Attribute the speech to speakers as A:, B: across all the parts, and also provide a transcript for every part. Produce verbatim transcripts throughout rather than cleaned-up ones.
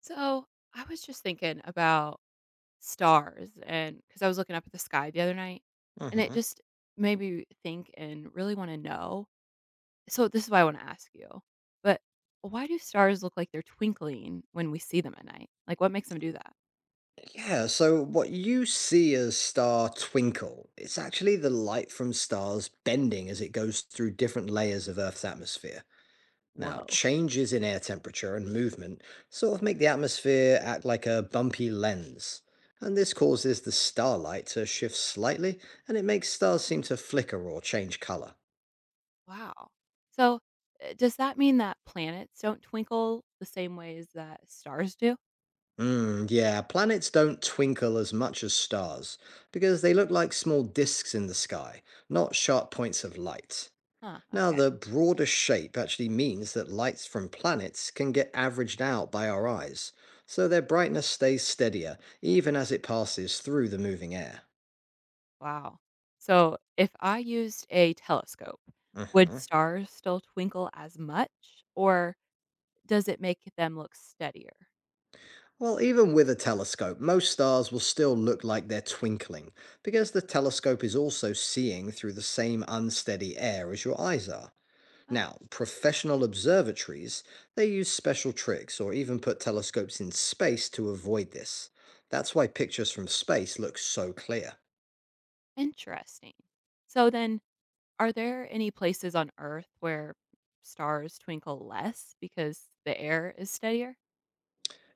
A: So I was just thinking about stars, and because I was looking up at the sky the other night, and it
B: hmm
A: just made me think and really want to know. So this is why I want to ask you. But why do stars look like they're twinkling when we see them at night? Like, what makes them do that?
B: Yeah, so what you see as star twinkle, it's actually the light from stars bending as it goes through different layers of Earth's atmosphere. Now,
A: Whoa!
B: changes in air temperature and movement sort of make the atmosphere act like a bumpy lens. And this causes the starlight to shift slightly, and it makes stars seem to flicker or change color.
A: Wow! So uh, does that mean that planets don't twinkle the same ways that stars do?
B: Mm, yeah, planets don't twinkle as much as stars, because they look like small disks in the sky, not sharp points of light.
A: Huh?
B: Now,
A: Okay.
B: the broader shape actually means that lights from planets can get averaged out by our eyes, so their brightness stays steadier even as it passes through the moving air.
A: Wow. So, if I used a telescope, would
B: Mhm.
A: stars still twinkle as much, or does it make them look steadier?
B: Well, even with a telescope, most stars will still look like they're twinkling because the telescope is also seeing through the same unsteady air as your eyes are.
A: Oh,
B: Now, professional observatories, they use special tricks or even put telescopes in space to avoid this. That's why pictures from space look so clear.
A: interesting. So, then are there any places on Earth where stars twinkle less because the air is steadier?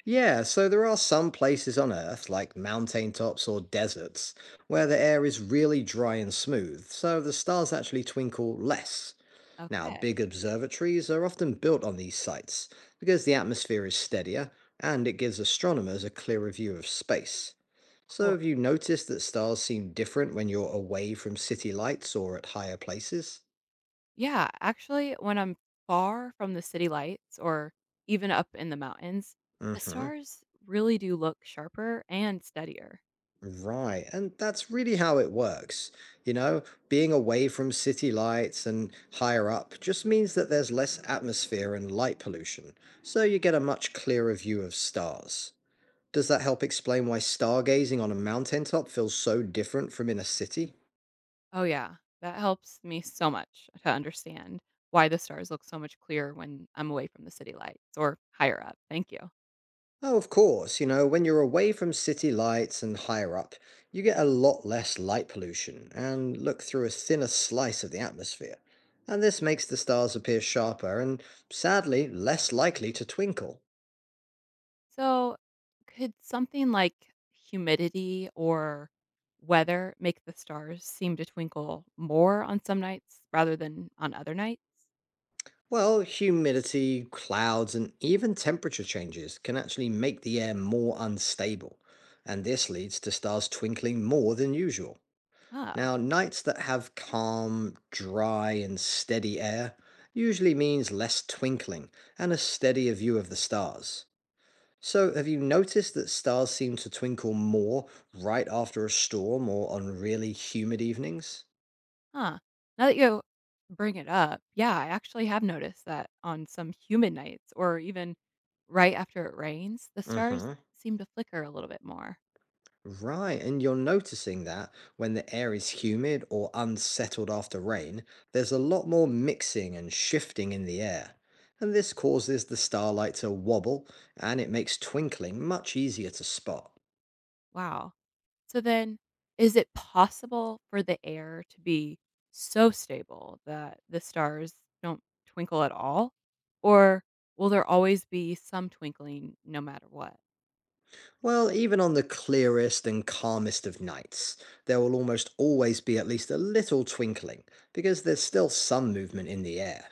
B: Yeah, so there are some places on Earth, like mountaintops or deserts, where the air is really dry and smooth, so the stars actually twinkle less. Now, big
A: Okay,
B: observatories are often built on these sites because the atmosphere is steadier and it gives astronomers a clearer view of space. So,
A: cool.
B: have you noticed that stars seem different when you're away from city lights or at higher places?
A: Yeah, actually, when I'm far from the city lights or even up in the mountains,
B: Mm
A: the
B: hmm.
A: stars really do look sharper and steadier.
B: Right. And that's really how it works. You know, being away from city lights and higher up just means that there's less atmosphere and light pollution, so you get a much clearer view of stars. Does that help explain why stargazing on a mountaintop feels so different from in a city?
A: Oh, yeah. That helps me so much to understand why the stars look so much clearer when I'm away from the city lights or higher up. Thank you.
B: Oh, of course. You know, when you're away from city lights and higher up, you get a lot less light pollution and look through a thinner slice of the atmosphere. And this makes the stars appear sharper and, sadly, less likely to twinkle.
A: So, could something like humidity or weather make the stars seem to twinkle more on some nights rather than on other nights?
B: Well, humidity, clouds, and even temperature changes can actually make the air more unstable. And this leads to stars twinkling more than usual.
A: Oh,
B: Now, nights that have calm, dry, and steady air usually means less twinkling and a steadier view of the stars. So, have you noticed that stars seem to twinkle more right after a storm or on really humid evenings?
A: huh. Now that you bring it up, yeah, I actually have noticed that on some humid nights or even right after it rains, the
B: Mm
A: stars
B: hmm.
A: seem to flicker a little bit more.
B: Right, and you're noticing that when the air is humid or unsettled after rain, there's a lot more mixing and shifting in the air. And this causes the starlight to wobble and it makes twinkling much easier to spot.
A: Wow. So then, is it possible for the air to be so stable that the stars don't twinkle at all? Or will there always be some twinkling no matter what?
B: Well, even on the clearest and calmest of nights, there will almost always be at least a little twinkling because there's still some movement in the air.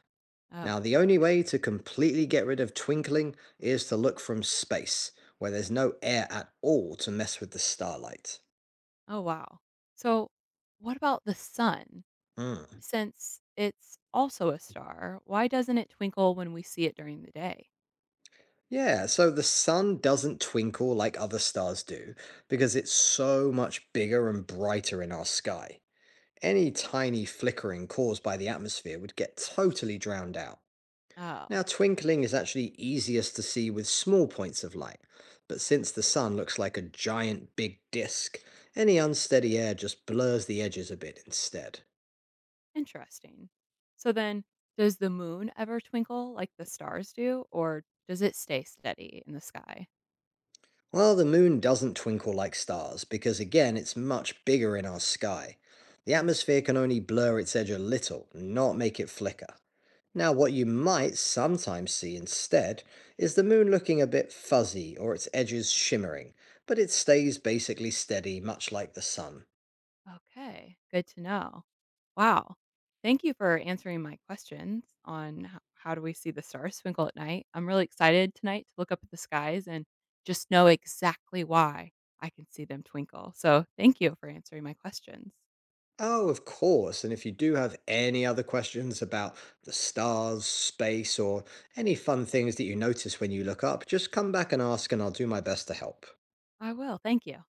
A: Oh,
B: Now, the only
A: goodness.
B: way to completely get rid of twinkling is to look from space, where there's no air at all to mess with the starlight.
A: Oh, wow. So, what about the sun?
B: Mm.
A: Since it's also a star, why doesn't it twinkle when we see it during the day?
B: Yeah, so the sun doesn't twinkle like other stars do, because it's so much bigger and brighter in our sky. Any tiny flickering caused by the atmosphere would get totally drowned out.
A: Oh,
B: Now, twinkling is actually easiest to see with small points of light, but since the sun looks like a giant big disk, any unsteady air just blurs the edges a bit instead.
A: interesting. So then, does the moon ever twinkle like the stars do, or does it stay steady in the sky?
B: Well, the moon doesn't twinkle like stars because, again, it's much bigger in our sky. The atmosphere can only blur its edge a little, not make it flicker. Now, what you might sometimes see instead is the moon looking a bit fuzzy or its edges shimmering, but it stays basically steady, much like the sun.
A: Okay, good to know. Wow. Thank you for answering my questions on h- how do we see the stars twinkle at night. I'm really excited tonight to look up at the skies and just know exactly why I can see them twinkle. So, thank you for answering my questions.
B: Oh, of course. And if you do have any other questions about the stars, space, or any fun things that you notice when you look up, just come back and ask, and I'll do my best to help.
A: I will. Thank you.